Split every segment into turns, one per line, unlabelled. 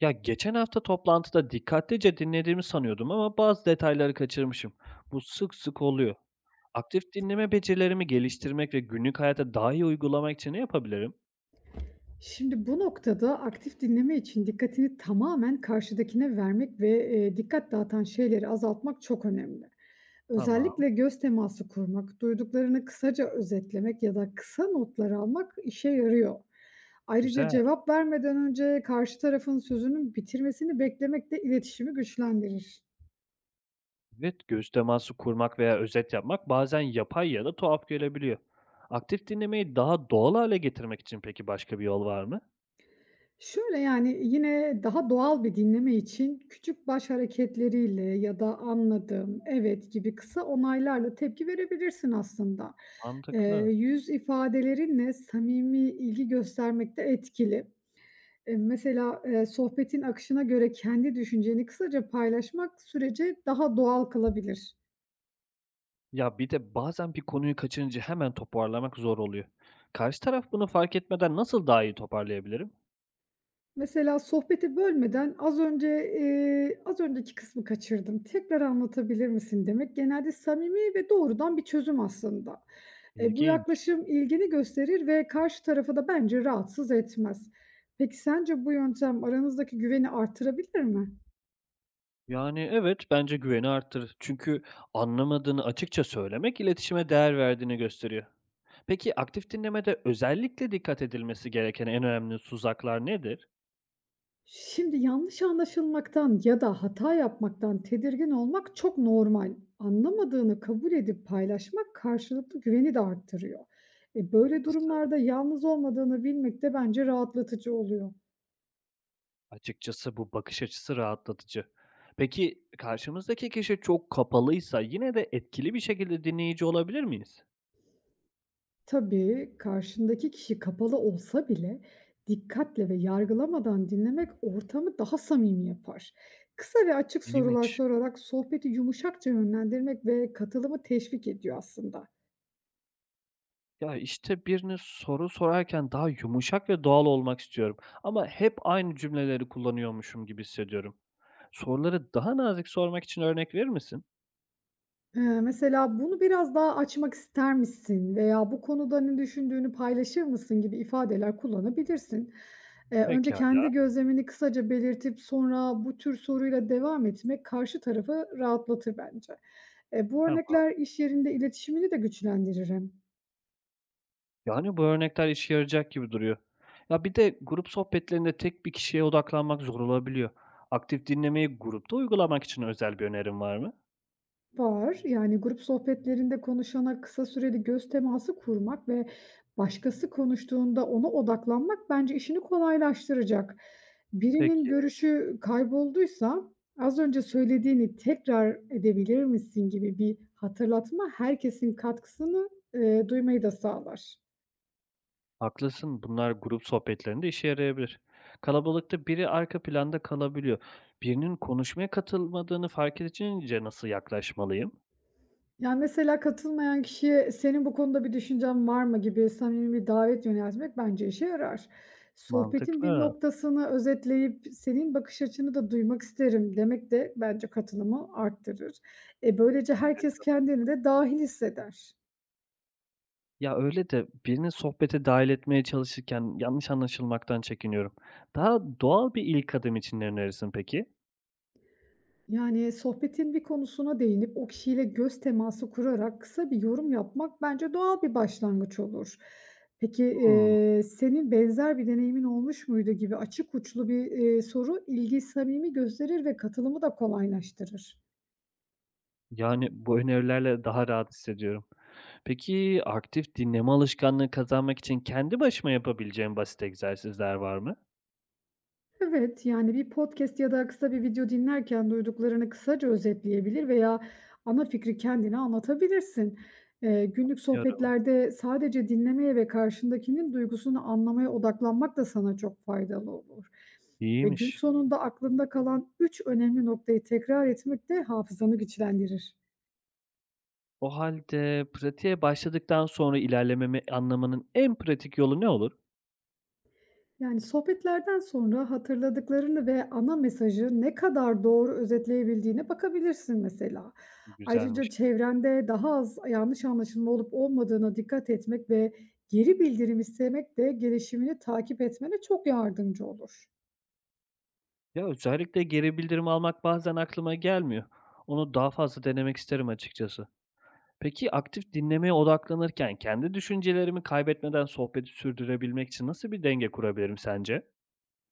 Ya geçen hafta toplantıda dikkatlice dinlediğimi sanıyordum ama bazı detayları kaçırmışım. Bu sık sık oluyor. Aktif dinleme becerilerimi geliştirmek ve günlük hayata daha iyi uygulamak için ne yapabilirim?
Şimdi bu noktada aktif dinleme için dikkatini tamamen karşıdakine vermek ve dikkat dağıtan şeyleri azaltmak çok önemli.
Tamam,
Özellikle göz teması kurmak, duyduklarını kısaca özetlemek ya da kısa notlar almak işe yarıyor. Ayrıca
güzel.
cevap vermeden önce karşı tarafın sözünün bitirmesini beklemek de iletişimi güçlendirir.
Evet, göz teması kurmak veya özet yapmak bazen yapay ya da tuhaf gelebiliyor. Aktif dinlemeyi daha doğal hale getirmek için peki başka bir yol var mı?
Şöyle, yani, yine daha doğal bir dinleme için küçük baş hareketleriyle ya da "Anladım, evet." gibi kısa onaylarla tepki verebilirsin aslında. Eee,
Mantıklı.
Yüz ifadelerinle samimi ilgi göstermek de etkili. Mesela, sohbetin akışına göre kendi düşünceni kısaca paylaşmak süreci daha doğal kılabilir.
Ya bir de bazen bir konuyu kaçırınca hemen toparlamak zor oluyor. Karşı taraf bunu fark etmeden nasıl daha iyi toparlayabilirim?
Mesela sohbeti bölmeden az önce, az önceki kısmı kaçırdım, tekrar anlatabilir misin demek genelde samimi ve doğrudan bir çözüm aslında. Bu
İlginç.
yaklaşım ilgini gösterir ve karşı tarafı da bence rahatsız etmez. Peki sence bu yöntem aranızdaki güveni artırabilir mi?
Yani, evet, bence güveni arttırır. Çünkü anlamadığını açıkça söylemek iletişime değer verdiğini gösteriyor. Peki aktif dinlemede özellikle dikkat edilmesi gereken en önemli tuzaklar nedir?
Şimdi yanlış anlaşılmaktan ya da hata yapmaktan tedirgin olmak çok normal. Anlamadığını kabul edip paylaşmak karşılıklı güveni de arttırıyor. E böyle
Haklısın.
durumlarda yalnız olmadığını bilmek de bence rahatlatıcı oluyor.
Açıkçası bu bakış açısı rahatlatıcı. Peki karşımızdaki kişi çok kapalıysa yine de etkili bir şekilde dinleyici olabilir miyiz?
Tabii karşındaki kişi kapalı olsa bile dikkatle ve yargılamadan dinlemek ortamı daha samimi yapar. Kısa ve açık sorular
İyiymiş.
sorarak sohbeti yumuşakça yönlendirmek ve katılımı teşvik ediyor aslında.
Ya, işte, birine soru sorarken daha yumuşak ve doğal olmak istiyorum ama hep aynı cümleleri kullanıyormuşum gibi hissediyorum. Soruları daha nazik sormak için örnek verir misin?
Mesela bunu biraz daha açmak ister misin veya bu konuda ne düşündüğünü paylaşır mısın gibi ifadeler kullanabilirsin. Önce
Pekâlâ,
kendi gözlemini kısaca belirtip sonra bu tür soruyla devam etmek karşı tarafı rahatlatır bence. E, bu
tamam.
örnekler iş yerinde iletişimini de güçlendirir hem.
Yani, bu örnekler işe yarayacak gibi duruyor. Ya, bir de grup sohbetlerinde tek bir kişiye odaklanmak zor olabiliyor. Aktif dinlemeyi grupta uygulamak için özel bir önerin var mı?
Var. Yani, grup sohbetlerinde konuşana kısa süreli göz teması kurmak ve başkası konuştuğunda ona odaklanmak bence işini kolaylaştıracak. Birinin
Peki,
görüşü kaybolduysa, "Az önce söylediğini tekrar edebilir misin?" gibi bir hatırlatma herkesin katkısını, duymayı da sağlar.
haklısın. Bunlar grup sohbetlerinde işe yarayabilir. Kalabalıkta biri arka planda kalabiliyor. Birinin konuşmaya katılmadığını fark edince nasıl yaklaşmalıyım?
Yani mesela katılmayan kişiye "Senin bu konuda bir düşüncen var mı?" gibi samimi bir davet yöneltmek bence işe yarar. "Sohbetin bir
Mantıklı.
noktasını özetleyip senin bakış açını da duymak isterim." demek de bence katılımı arttırır. E, böylece herkes kendini de dahil hisseder.
Ya, öyle de birini sohbete dahil etmeye çalışırken yanlış anlaşılmaktan çekiniyorum. Daha doğal bir ilk adım için ne önerirsin peki?
Yani, sohbetin bir konusuna değinip o kişiyle göz teması kurarak kısa bir yorum yapmak bence doğal bir başlangıç olur. Peki,
Hımm.
eee, senin benzer bir deneyimin olmuş muydu gibi açık uçlu bir soru ilgi samimi gösterir ve katılımı da kolaylaştırır.
Yani, bu önerilerle daha rahat hissediyorum. Peki, aktif dinleme alışkanlığı kazanmak için kendi başıma yapabileceğim basit egzersizler var mı?
Evet, yani bir podcast ya da kısa bir video dinlerken duyduklarını kısaca özetleyebilir veya ana fikri kendine anlatabilirsin. Günlük
Anlıyorum.
sohbetlerde sadece dinlemeye ve karşındakinin duygusunu anlamaya odaklanmak da sana çok faydalı olur. Ve gün
İyiymiş.
sonunda aklında kalan 3 önemli noktayı tekrar etmek de hafızanı güçlendirir.
O halde pratiğe başladıktan sonra ilerlememi anlamanın en pratik yolu ne olur?
Yani, sohbetlerden sonra hatırladıklarını ve ana mesajı ne kadar doğru özetleyebildiğine bakabilirsin mesela. Ayrıca
Güzelmiş.
çevrende daha az yanlış anlaşılma olup olmadığına dikkat etmek ve geri bildirim istemek de gelişimini takip etmene çok yardımcı olur.
Ya, özellikle geri bildirim almak bazen aklıma gelmiyor. Onu daha fazla denemek isterim açıkçası. Peki aktif dinlemeye odaklanırken kendi düşüncelerimi kaybetmeden sohbeti sürdürebilmek için nasıl bir denge kurabilirim sence?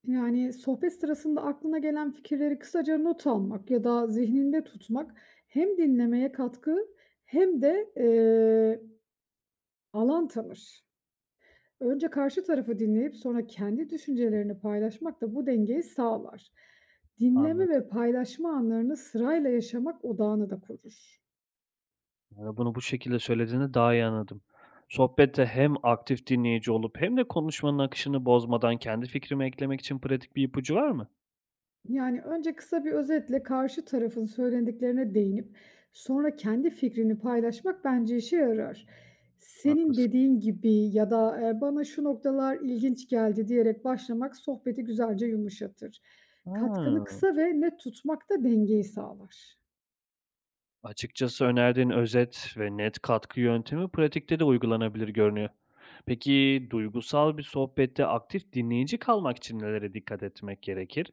Yani, sohbet sırasında aklına gelen fikirleri kısaca not almak ya da zihninde tutmak hem dinlemeye katkı hem de alan tanır. Önce karşı tarafı dinleyip sonra kendi düşüncelerini paylaşmak da bu dengeyi sağlar. Dinleme
Anladım.
ve paylaşma anlarını sırayla yaşamak odağını da korur.
Ya, bunu bu şekilde söylediğinde daha iyi anladım. Sohbette hem aktif dinleyici olup hem de konuşmanın akışını bozmadan kendi fikrimi eklemek için pratik bir ipucu var mı?
Yani önce kısa bir özetle karşı tarafın söylendiklerine değinip sonra kendi fikrini paylaşmak bence işe yarar. Senin
Haklısın.
dediğin gibi ya da e, bana şu noktalar ilginç geldi diyerek başlamak sohbeti güzelce yumuşatır. Katkını
Hıı.
kısa ve net tutmak da dengeyi sağlar.
Açıkçası önerdiğin özet ve net katkı yöntemi pratikte de uygulanabilir görünüyor. Peki duygusal bir sohbette aktif dinleyici kalmak için nelere dikkat etmek gerekir?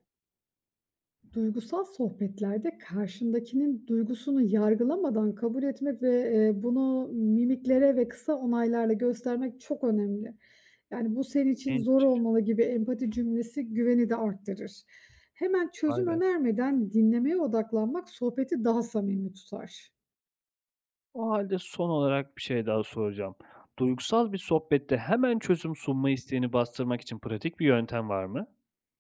Duygusal sohbetlerde karşındakinin duygusunu yargılamadan kabul etmek ve bunu mimiklere ve kısa onaylarla göstermek çok önemli. Yani, "Bu senin için zor
İlginç,
olmalı." gibi empati cümlesi güveni de arttırır. Hemen
vay
çözüm
be.
önermeden dinlemeye odaklanmak sohbeti daha samimi tutar.
O halde son olarak bir şey daha soracağım. Duygusal bir sohbette hemen çözüm sunma isteğini bastırmak için pratik bir yöntem var mı?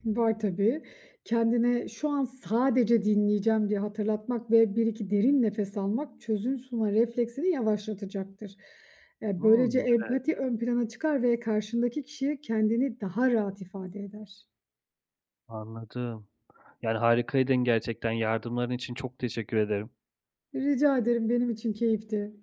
Var tabii. Kendine şu an sadece dinleyeceğim diye hatırlatmak ve bir iki derin nefes almak çözüm sunma refleksini yavaşlatacaktır. Böylece
Hmm, evet,
empati ön plana çıkar ve karşındaki kişi kendini daha rahat ifade eder.
anladım. Yani harikaydın gerçekten. Yardımların için çok teşekkür ederim.
Rica ederim, benim için keyifti.